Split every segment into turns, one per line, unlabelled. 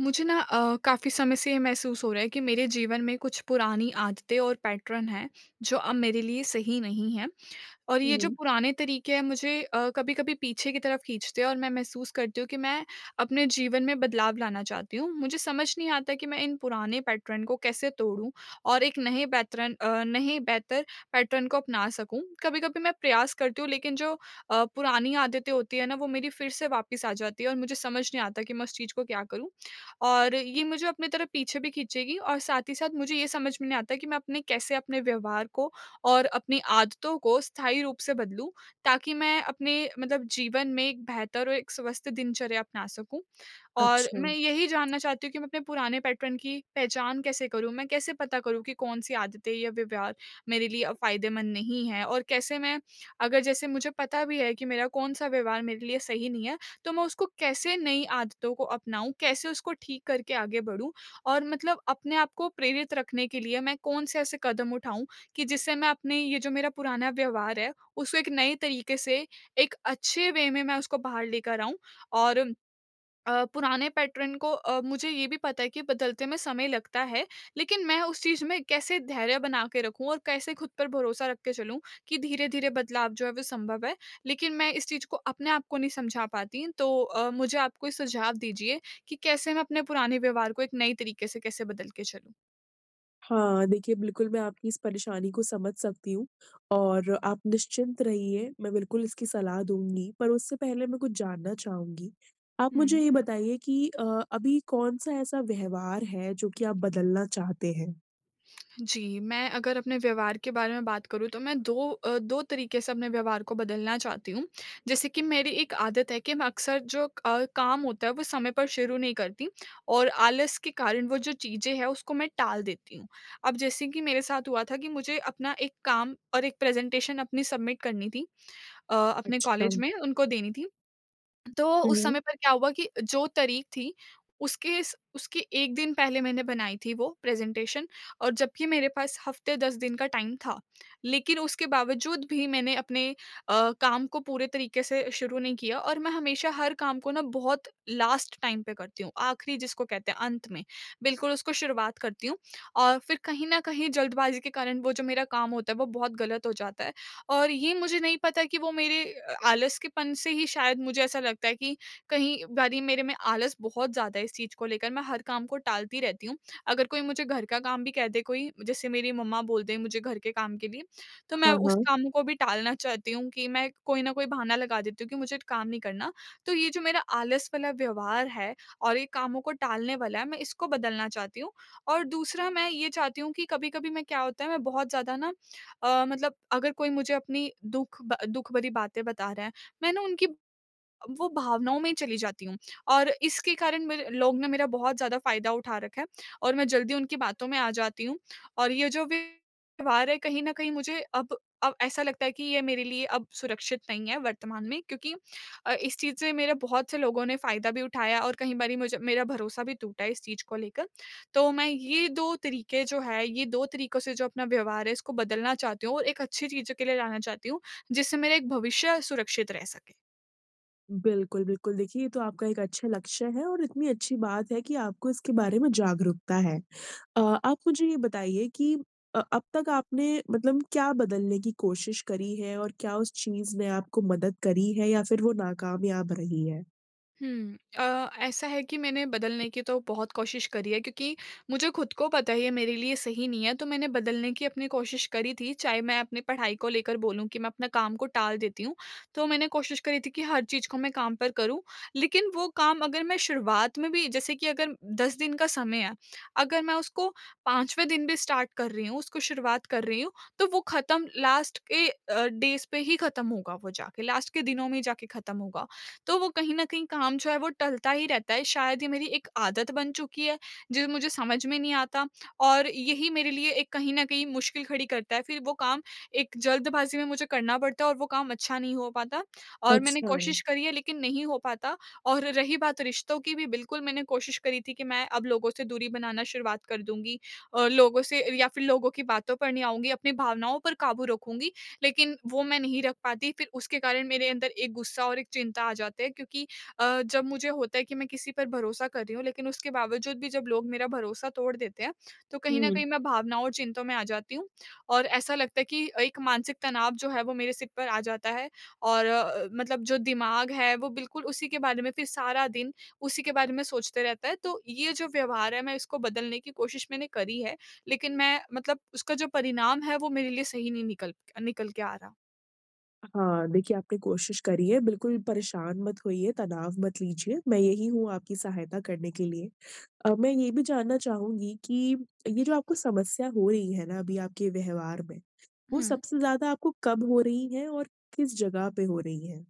मुझे ना काफ़ी समय से ये महसूस हो रहा है कि मेरे जीवन में कुछ पुरानी आदतें और पैटर्न हैं, जो अब मेरे लिए सही नहीं हैं। और ये जो
हुँ।
पुराने तरीके हैं मुझे कभी-कभी पीछे की तरफ खींचते हैं, और मैं महसूस करती हूँ कि मैं अपने जीवन में बदलाव लाना चाहती हूँ। मुझे समझ नहीं आता कि मैं इन पुराने पैटर्न को कैसे तोड़ूँ और एक नए पैटर्न नए बेहतर पैटर्न को अपना सकूँ। कभी-कभी मैं प्रयास करती हूँ, लेकिन जो पुरानी आदतें होती हैं ना, वो मेरी फिर से वापस आ जाती है और मुझे समझ नहीं आता कि मैं उस चीज़ को क्या करूँ? और ये मुझे अपनी तरफ पीछे भी खींचेगी, और साथ ही साथ मुझे ये समझ में नहीं आता कि मैं अपने कैसे अपने व्यवहार को और अपनी आदतों को स्थायी रूप से बदलूँ, ताकि मैं अपने मतलब जीवन में एक बेहतर और एक स्वस्थ दिनचर्या अपना सकूँ। और
अच्छा।
मैं यही जानना चाहती हूँ कि मैं अपने पुराने पैटर्न की पहचान कैसे करूँ? मैं कैसे पता करूँ कि कौन-सी आदतें या व्यवहार मेरे लिए फ़ायदेमंद नहीं है? और कैसे मैं, अगर जैसे मुझे पता भी है कि मेरा कौन-सा व्यवहार मेरे लिए सही नहीं है, तो मैं उसको कैसे नई आदतों को अपनाऊँ? कैसे उसको ठीक करके आगे बढ़ूँ? और मतलब अपने आप को प्रेरित रखने के लिए मैं कौन से ऐसे कदम उठाऊँ कि जिससे मैं अपने ये जो मेरा पुराना व्यवहार है, उसको एक नए तरीके से, एक अच्छे वे में मैं उसको बाहर लेकर आऊँ। और पुराने पैटर्न को मुझे ये भी पता है कि बदलते में समय लगता है, लेकिन मैं उस चीज़ में कैसे धैर्य बना के रखूँ और कैसे खुद पर भरोसा रख के चलूँ कि धीरे-धीरे बदलाव जो है वो संभव है। लेकिन मैं इस चीज़ को अपने आप को नहीं समझा पाती, तो मुझे आप कोई सुझाव दीजिए कि कैसे मैं अपने पुराने व्यवहार को एक नए तरीके से कैसे बदल के चलूँ?
हाँ, देखिए बिल्कुल मैं आपकी इस परेशानी को समझ सकती हूँ और आप निश्चिंत रहिए, मैं बिल्कुल इसकी सलाह दूँगी। पर उससे पहले मैं कुछ जानना चाहूँगी। आप मुझे
हुँ।
ये बताइए कि अभी कौन-सा ऐसा व्यवहार है जो कि आप बदलना चाहते हैं?
जी, मैं अगर अपने व्यवहार के बारे में बात करूँ, तो मैं 2 2 तरीके से अपने व्यवहार को बदलना चाहती हूँ। जैसे कि मेरी एक आदत है कि मैं अक्सर जो काम होता है वो समय पर शुरू नहीं करती, और आलस के कारण वो जो चीज़ें हैं उसको मैं टाल देती हूँ। अब जैसे कि मेरे साथ हुआ था कि मुझे अपना एक काम और एक प्रेज़ेंटेशन अपनी सबमिट करनी थी, अपने
अच्छा।
कॉलेज में उनको देनी थी। तो
हुँ,
उस
हुँ।
समय पर क्या हुआ कि जो तारीख थी उसके 1 दिन पहले मैंने बनाई थी वो प्रेज़ेंटेशन, और जबकि मेरे पास हफ़्ते 10 दिन का टाइम था। लेकिन उसके बावजूद भी मैंने अपने काम को पूरे तरीके से शुरू नहीं किया, और मैं हमेशा हर काम को ना बहुत लास्ट टाइम पे करती हूँ, आखिरी जिसको कहते हैं अंत में, बिल्कुल उसको शुरुआत करती हूँ, और फिर कहीं न कहीं जल्दबाज़ी के कारण वो जो मेरा काम होता है वो बहुत गलत हो जाता है। और ये मुझे नहीं पता कि वो मेरे आलस के पन से ही शायद, मुझे ऐसा लगता है कि कहीं बारी मेरे में आलस बहुत ज़्यादा है, इस चीज़ को लेकर मैं हर काम को टालती रहती हूँ। अगर कोई मुझे घर का काम भी कह दे कोई, जैसे मेरी मम्मा बोल दें मुझे घर के काम के लिए, तो मैं
हाँ,
उस
हाँ।
काम को भी टालना चाहती हूँ कि मैं कोई ना कोई बहाना लगा देती हूँ कि मुझे काम नहीं करना। तो ये जो मेरा आलस वाला व्यवहार है और ये कामों को टालने वाला है, मैं इसको बदलना चाहती हूँ। और दूसरा मैं ये चाहती हूँ कि कभी-कभी मैं क्या होता है, मैं बहुत ज़्यादा ना मतलब, अगर कोई मुझे अपनी दुःख भरी बातें बता रहा है, मैं ना उनकी वो भावनाओं में चली जाती हूँ, और इसके कारण मेरे लोग ने मेरा बहुत ज़्यादा फ़ायदा उठा रखा है, और मैं जल्दी उनकी बातों में आ जाती हूँ। और ये जो व्यवहार है कहीं न कहीं मुझे अब ऐसा लगता है कि ये मेरे लिए अब सुरक्षित नहीं है वर्तमान में, क्योंकि इस चीज़ से मेरे बहुत से लोगों ने फ़ायदा भी उठाया, और कहीं बारी मुझे मेरा भरोसा भी टूटा है इस चीज़ को लेकर। तो मैं ये 2 तरीके जो है, ये 2 तरीकों से जो अपना व्यवहार है इसको बदलना चाहती हूँ और एक अच्छी चीज़ों के लिए लाना चाहती हूँ, जिससे मेरा एक भविष्य सुरक्षित रह सके।
बिल्कुल, बिल्कुल। देखिए, ये तो आपका एक अच्छा लक्ष्य है और इतनी अच्छी बात है कि आपको इसके बारे में जागरूकता है। आप मुझे ये बताइए कि अब तक आपने मतलब क्या बदलने की कोशिश करी है और क्या उस चीज़ ने आपको मदद करी है या फिर वो नाकामयाब रही है?
हुँ। ऐसा है कि मैंने बदलने की तो बहुत कोशिश करी है, क्योंकि मुझे खुद को पता है ये मेरे लिए सही नहीं है, तो मैंने बदलने की अपनी कोशिश करी थी। चाहे मैं अपनी पढ़ाई को लेकर बोलूँ कि मैं अपना काम को टाल देती हूँ, तो मैंने कोशिश करी थी कि हर चीज़ को मैं काम पर करूँ। लेकिन वो काम अगर मैं शुरुआत में भी, जैसे कि अगर 10 दिन का समय है, अगर मैं उसको 5वें दिन भी स्टार्ट कर रही हूँ, उसको शुरुआत कर रही हूँ, तो वो ख़त्म लास्ट के डेज़ पे ही ख़त्म होगा वो जाके, लास्ट के दिनों में ही जाके ख़त्म होगा। तो वो कहीं न कहीं काम जो है वो टलता ही रहता है। शायद ये मेरी एक आदत बन चुकी है, जो मुझे समझ में नहीं आता, और यही मेरे लिए एक कहीं न कहीं मुश्किल खड़ी करता है। फिर वो काम एक जल्दबाज़ी में मुझे करना पड़ता है और वो काम अच्छा नहीं हो पाता, और मैंने
अच्छा,
कोशिश करी है लेकिन नहीं हो पाता। और रही बात रिश्तों की भी, बिल्कुल मैंने कोशिश करी थी कि मैं अब लोगों से दूरी बनाना शुरुआत कर दूँगी। लोगों से या फिर लोगों की बातों पर नहीं आऊँगी, अपनी भावनाओं पर काबू रखूँगी, लेकिन वो मैं नहीं रख पाती। फिर उसके कारण मेरे अंदर एक गुस्सा और एक चिंता आ जाते हैं, क्योंकि जब मुझे होता है कि मैं किसी पर भरोसा कर रही हूँ, लेकिन उसके बावजूद भी जब लोग मेरा भरोसा तोड़ देते हैं, तो कहीं ना
हुँ।
कहीं मैं भावनाओं और चिंताओं में आ जाती हूँ। और ऐसा लगता है कि एक मानसिक तनाव जो है वो मेरे सिर पर आ जाता है, और मतलब जो दिमाग है वो बिल्कुल उसी के बारे में फिर सारा दिन उसी के बारे में सोचते रहता है। तो ये जो व्यवहार है मैं इसको बदलने की कोशिश मैंने करी है, लेकिन मैं मतलब उसका जो परिणाम है वो मेरे लिए सही नहीं निकल निकल के आ रहा।
हाँ, देखिए, आपने कोशिश करी है, बिल्कुल परेशान मत होइए, तनाव मत लीजिए, मैं यही हूँ आपकी सहायता करने के लिए। मैं ये भी जानना चाहूँगी कि ये जो आपको समस्या हो रही है ना अभी आपके व्यवहार में, वो
हुँ,
सबसे ज़्यादा आपको कब हो रही है और किस जगह पे हो रही है?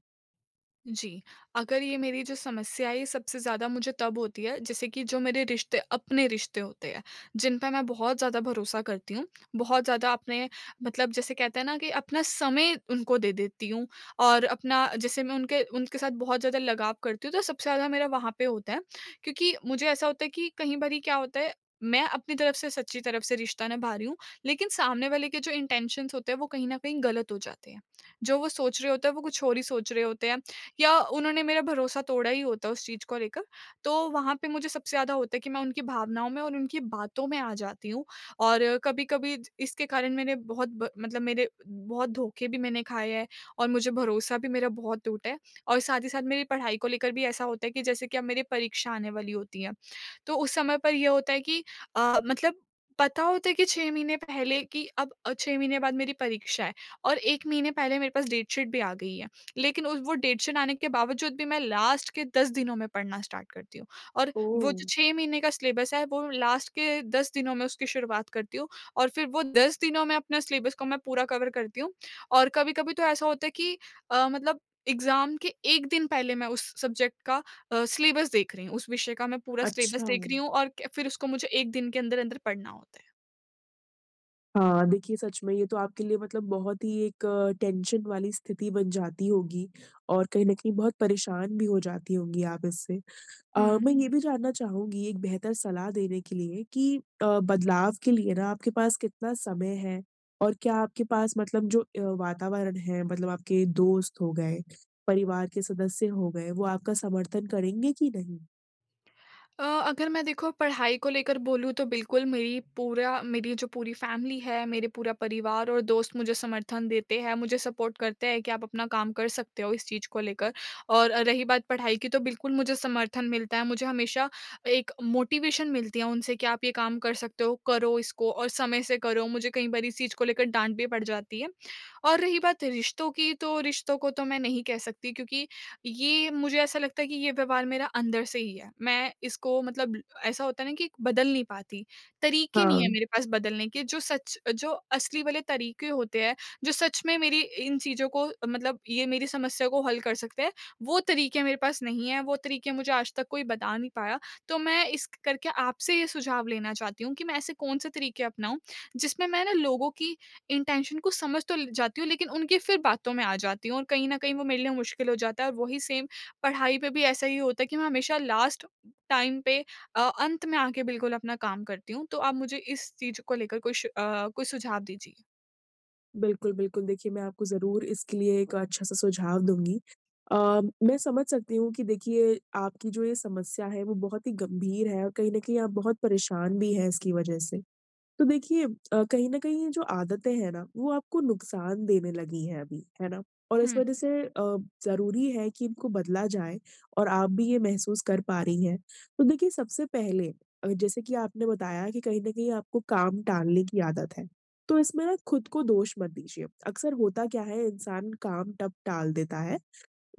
जी, अगर ये मेरी जो समस्या है, ये सबसे ज़्यादा मुझे तब होती है, जैसे कि जो मेरे रिश्ते अपने रिश्ते होते हैं, जिन पे मैं बहुत ज़्यादा भरोसा करती हूँ, बहुत ज़्यादा अपने मतलब जैसे कहते हैं ना कि अपना समय उनको दे देती हूँ, और अपना जैसे मैं उनके उनके साथ बहुत ज़्यादा लगाव करती हूँ, तो सबसे ज़्यादा मेरा वहाँ पे होता है। क्योंकि मुझे ऐसा होता है कि कई बारी क्या होता है, मैं अपनी तरफ से सच्ची तरफ से रिश्ता निभा रही हूँ, लेकिन सामने वाले के जो इंटेंशन्स होते हैं, वो कहीं न कहीं गलत हो जाते हैं। जो वो सोच रहे होते हैं, वो कुछ और ही सोच रहे होते हैं। या उन्होंने मेरा भरोसा तोड़ा ही होता उस चीज़ को लेकर। तो वहाँ पे मुझे सबसे ज़्यादा होता है कि मैं उनकी भावनाओं में और उनकी बातों में आ जाती हूँ, और कभी-कभी ज इसके कारण मैंने बहुत ब मतलब मेरे बहुत धोखे भी मैंने खाए हैं, और मुझे भरोसा भी मेरा बहुत टूटा है। और साथ ही साथ मेरी पढ़ाई को लेकर भी ऐसा होता है कि जैसे कि अब मेरी परीक्षा आने वाली होती है, तो उस समय पर ये होता है कि मतलब पता होता है कि 6 महीने पहले कि अब 6 महीने बाद मेरी परीक्षा है, और 1 महीने पहले मेरे पास डेट शीट भी आ गई है। लेकिन उस वो डेडशीट आने के बावजूद भी मैं लास्ट के 10 दिनों में पढ़ना स्टार्ट करती हूँ, और
ओह!
वो जो 6 महीने का सिलेबस है, वो लास्ट के 10 दिनों में उसकी शुरुआत करती हूँ, और फिर वो 10 दिनों में अपने सिलेबस को मैं पूरा कवर करती हूँ। और कभी-कभी तो ऐसा होता है कि मतलब एग्ज़ाम के 1 दिन पहले मैं उस सब्जेक्ट का सिलेबस देख रही हूँ, उस विषय का मैं पूरा सिलेबस
अच्छा।
देख रही हूँ, और क फिर उसको मुझे 1 दिन के अंदर-अंदर पढ़ना होता है।
हाँ, देखिए, सच में ये तो आपके लिए मतलब बहुत ही एक टेंशन वाली स्थिति बन जाती होगी और कहीं न कहीं बहुत परेशान भी हो जाती होंगी आप इससे।
हुँ।
मैं ये भी जानना चाहूँगी एक बेहतर सलाह देने के लिए, कि बदलाव के लिए ना आपके पास कितना समय है? और क्या आपके पास मतलब जो वातावरण है, मतलब आपके दोस्त हो गए, परिवार के सदस्य हो गए, वो आपका समर्थन करेंगे कि नहीं?
अ, अगर मैं देखो पढ़ाई को लेकर बोलूँ, तो बिल्कुल मेरी पूरा मेरी जो पूरी फैमिली है, मेरे पूरा परिवार और दोस्त मुझे समर्थन देते हैं, मुझे सपोर्ट करते हैं कि आप अपना काम कर सकते हो इस चीज़ को लेकर। और रही बात पढ़ाई की, तो बिल्कुल मुझे समर्थन मिलता है, मुझे हमेशा एक मोटिवेशन मिलती है उनसे कि आप ये काम कर सकते हो, करो इसको और समय से करो। मुझे कई बार इस चीज़ को लेकर डाँट भी पड़ जाती है। और रही बात रिश्तों की, तो रिश्तों को तो मैं नहीं कह सकती, क्योंकि ये मुझे ऐसा लगता है कि ये व्यवहार मेरा अंदर से ही है। मैं इसको मतलब ऐसा होता है ना कि बदल नहीं पाती। तरीके नहीं है
हाँ।
मेरे पास बदलने के, जो सच जो असली वाले तरीके होते हैं, जो सच में मेरी इन चीज़ों को, मतलब ये मेरी समस्या को हल कर सकते हैं, वो तरीके मेरे पास नहीं है, वो तरीके मुझे आज तक कोई बता नहीं पाया। तो मैं इस करके आपसे ये सुझाव लेना चाहती हूँ कि मैं ऐसे कौन-से तरीके अपनाऊँ, जिसमें मैं ना लोगों की इंटेंशन को समझ तो ल जाती हूँ, लेकिन उनकी फिर बातों में आ जाती हूँ और कहीं न कहीं वो मेरे लिए मुश्किल हो जाता है, और वही सेम पढ़ाई पे भी ऐसा ही होता है कि मैं हमेशा लास्ट टाइम पे अंत में आके बिल्कुल अपना काम करती हूँ। तो आप मुझे इस चीज़ को लेकर कुछ कोई सुझाव दीजिए।
बिल्कुल, बिल्कुल। देखिए, मैं आपको ज़रूर इसके लिए एक अच्छा-सा सुझाव दूँगी। मैं समझ सकती हूँ कि देखिए, आपकी जो ये समस्या है, वो बहुत ही गंभीर है और कहीं न कहीं आप बहुत परेशान भी हैं इसकी वजह से। तो देखिए, कहीं न कहीं ये जो आदतें हैं ना, वो आपको नुकसान देने लगी हैं अभी, है ना? और इस
हुँ,
वजह से ज़रूरी है कि इनको बदला जाए और आप भी ये महसूस कर पा रही हैं। तो देखिए, सबसे पहले जैसे कि आपने बताया कि कहीं न कहीं आपको काम टालने की आदत है, तो इसमें ना खुद को दोष मत दीजिए। अक्सर होता क्या है, इंसान काम तब टाल देता है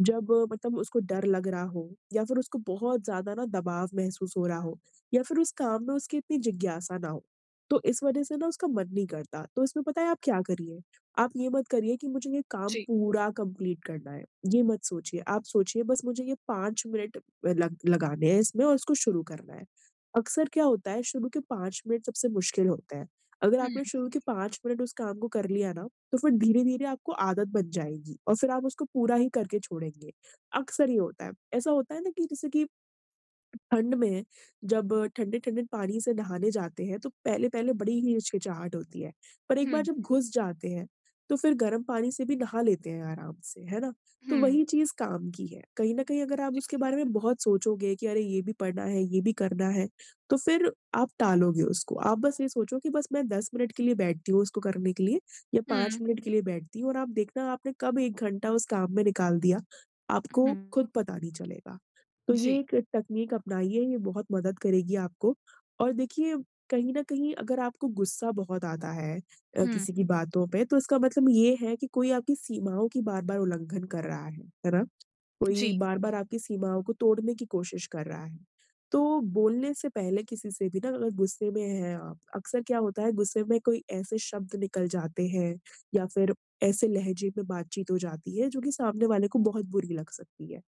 जब मतलब उसको डर लग रहा हो या फिर उसको बहुत ज़्यादा ना दबाव महसूस हो रहा हो या फिर उस काम में उसकी इतनी जिज्ञासा ना हो। तो इस वज़ह से ना उसका मन नहीं करता। तो इसमें पता है आप क्या करिए? आप ये मत करिए कि मुझे ये काम
जी।
पूरा कंप्लीट करना है, ये मत सोचिए। आप सोचिए बस मुझे ये 5 मिनट लग लगाने हैं इसमें और इसको शुरू करना है। अक्सर क्या होता है, शुरू के 5 मिनट सबसे मुश्किल होते हैं। अगर
हुँ,
आपने शुरू के 5 मिनट उस काम को कर लिया ना, तो फिर धीरे-धीरे आपको आदत बन जाएगी और फिर आप उसको पूरा ही करके छोड़ेंगे। अक्सर ये होता है। ऐसा होता है ना कि जैसे कि ठंड में जब ठंडे-ठंडे पानी से नहाने जाते हैं, तो पहले-पहले बड़ी ही हिचकिचाहट होती है। पर एक
हुँ,
बार जब घुस जाते हैं, तो फिर गर्म पानी से भी नहा लेते हैं आराम से, है ना? तो
हुँ,
वही चीज़ काम की है। कहीं न कहीं अगर आप
जी।
उसके बारे में बहुत सोचोगे कि अरे, ये भी पढ़ना है, ये भी करना है, तो फिर आप टालोगे उसको। आप बस ये सोचो कि बस मैं 10 मिनट के लिए बैठती हूँ उसको करने के लिए, या 5
हुँ,
मिनट के लिए बैठती हूँ, और आप देखना आपने कब 1 घंटा उस काम में निकाल दिया,
हुँ,
आपको खुद पता नहीं चलेगा। तो ये
जी।
एक तकनीक अपनाइए, ये बहुत मदद करेगी आपको। और देखिए, कहीं न कहीं अगर आपको गुस्सा बहुत आता है
हुँ,
किसी की बातों पे, तो इसका मतलब ये है कि कोई आपकी सीमाओं की बार-बार उल्लंघन कर रहा है ना? कोई
जी,
बार-बार आपकी सीमाओं को तोड़ने की कोशिश कर रहा है। तो बोलने से पहले किसी से भी ना, अगर गुस्से में हैं आप, अक्सर क्या होता है, गुस्से में कोई ऐसे शब्द निकल जाते हैं या फिर ऐसे लहजे में बातचीत हो जाती है, जो कि सामने वाले को बहुत बुरी लग सकती है।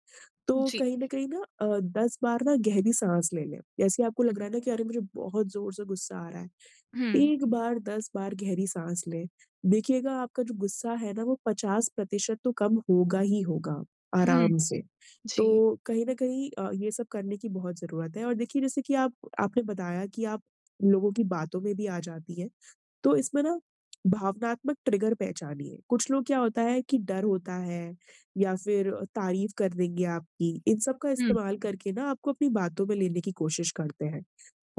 तो
जी।
कहीं न कहीं ना 10 बार ना गहरी साँस ले लें। जैसे आपको लग
हुँ,
रहा है ना कि अरे, मुझे बहुत ज़ोर से गुस्सा आ रहा है,
हुँ,
1 बार 10 बार गहरी साँस लें। देखिएगा, आपका जो गुस्सा है ना वो 50% तो कम होगा ही होगा,
हुँ,
आराम से।
जी।
तो कहीं न कहीं ये सब करने की बहुत ज़रूरत है और देखिए जैसे कि आप आपने बताया कि आप लोगों की बातों में भी आ जाती हैं। तो इसमें ना भावनात्मक ट्रिगर पहचानिए। कुछ लोग क्या होता है कि डर होता है या फिर तारीफ कर देंगे आपकी। इन सब का
हुँ,
इस्तेमाल करके ना आपको अपनी बातों में लेने की कोशिश करते हैं।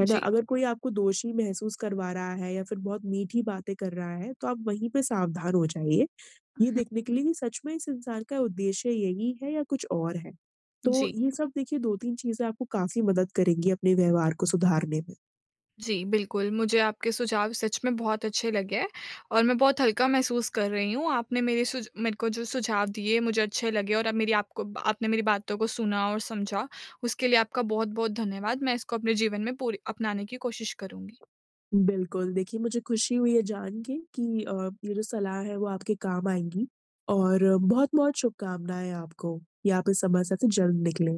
है ना?
जी।
अगर कोई आपको दोषी महसूस करवा रहा है या फिर बहुत मीठी बातें कर रहा है, तो आप वहीं पे सावधान हो जाइए। ये
हुँ,
देखने के लिए कि सच में इस इंसान का उद्देश्य यही है या कुछ और है। तो
जी।
ये सब देखिए, 2-3 चीज़ें आपको काफ़ी मदद करेंगी अपने व्यवहार को सुधारने में।
जी, बिल्कुल, मुझे आपके सुझाव सच में बहुत अच्छे लगे, और मैं बहुत हल्का महसूस कर रही हूँ। आपने मेरे को जो सुझाव दिए मुझे अच्छे लगे, और अब मेरी आपको आपने मेरी बातों को सुना और समझा, उसके लिए आपका बहुत-बहुत धन्यवाद। मैं इसको अपने जीवन में पूरी अपनाने की कोशिश करूँगी।
बिल्कुल, देखिए मुझे खुशी हुई है जान के कि ये जो सलाह है वो आपके काम आएँगी और बहुत-बहुत शुभकामनाएँ आपको, कि आप इस समस्या से जल्द निकलें।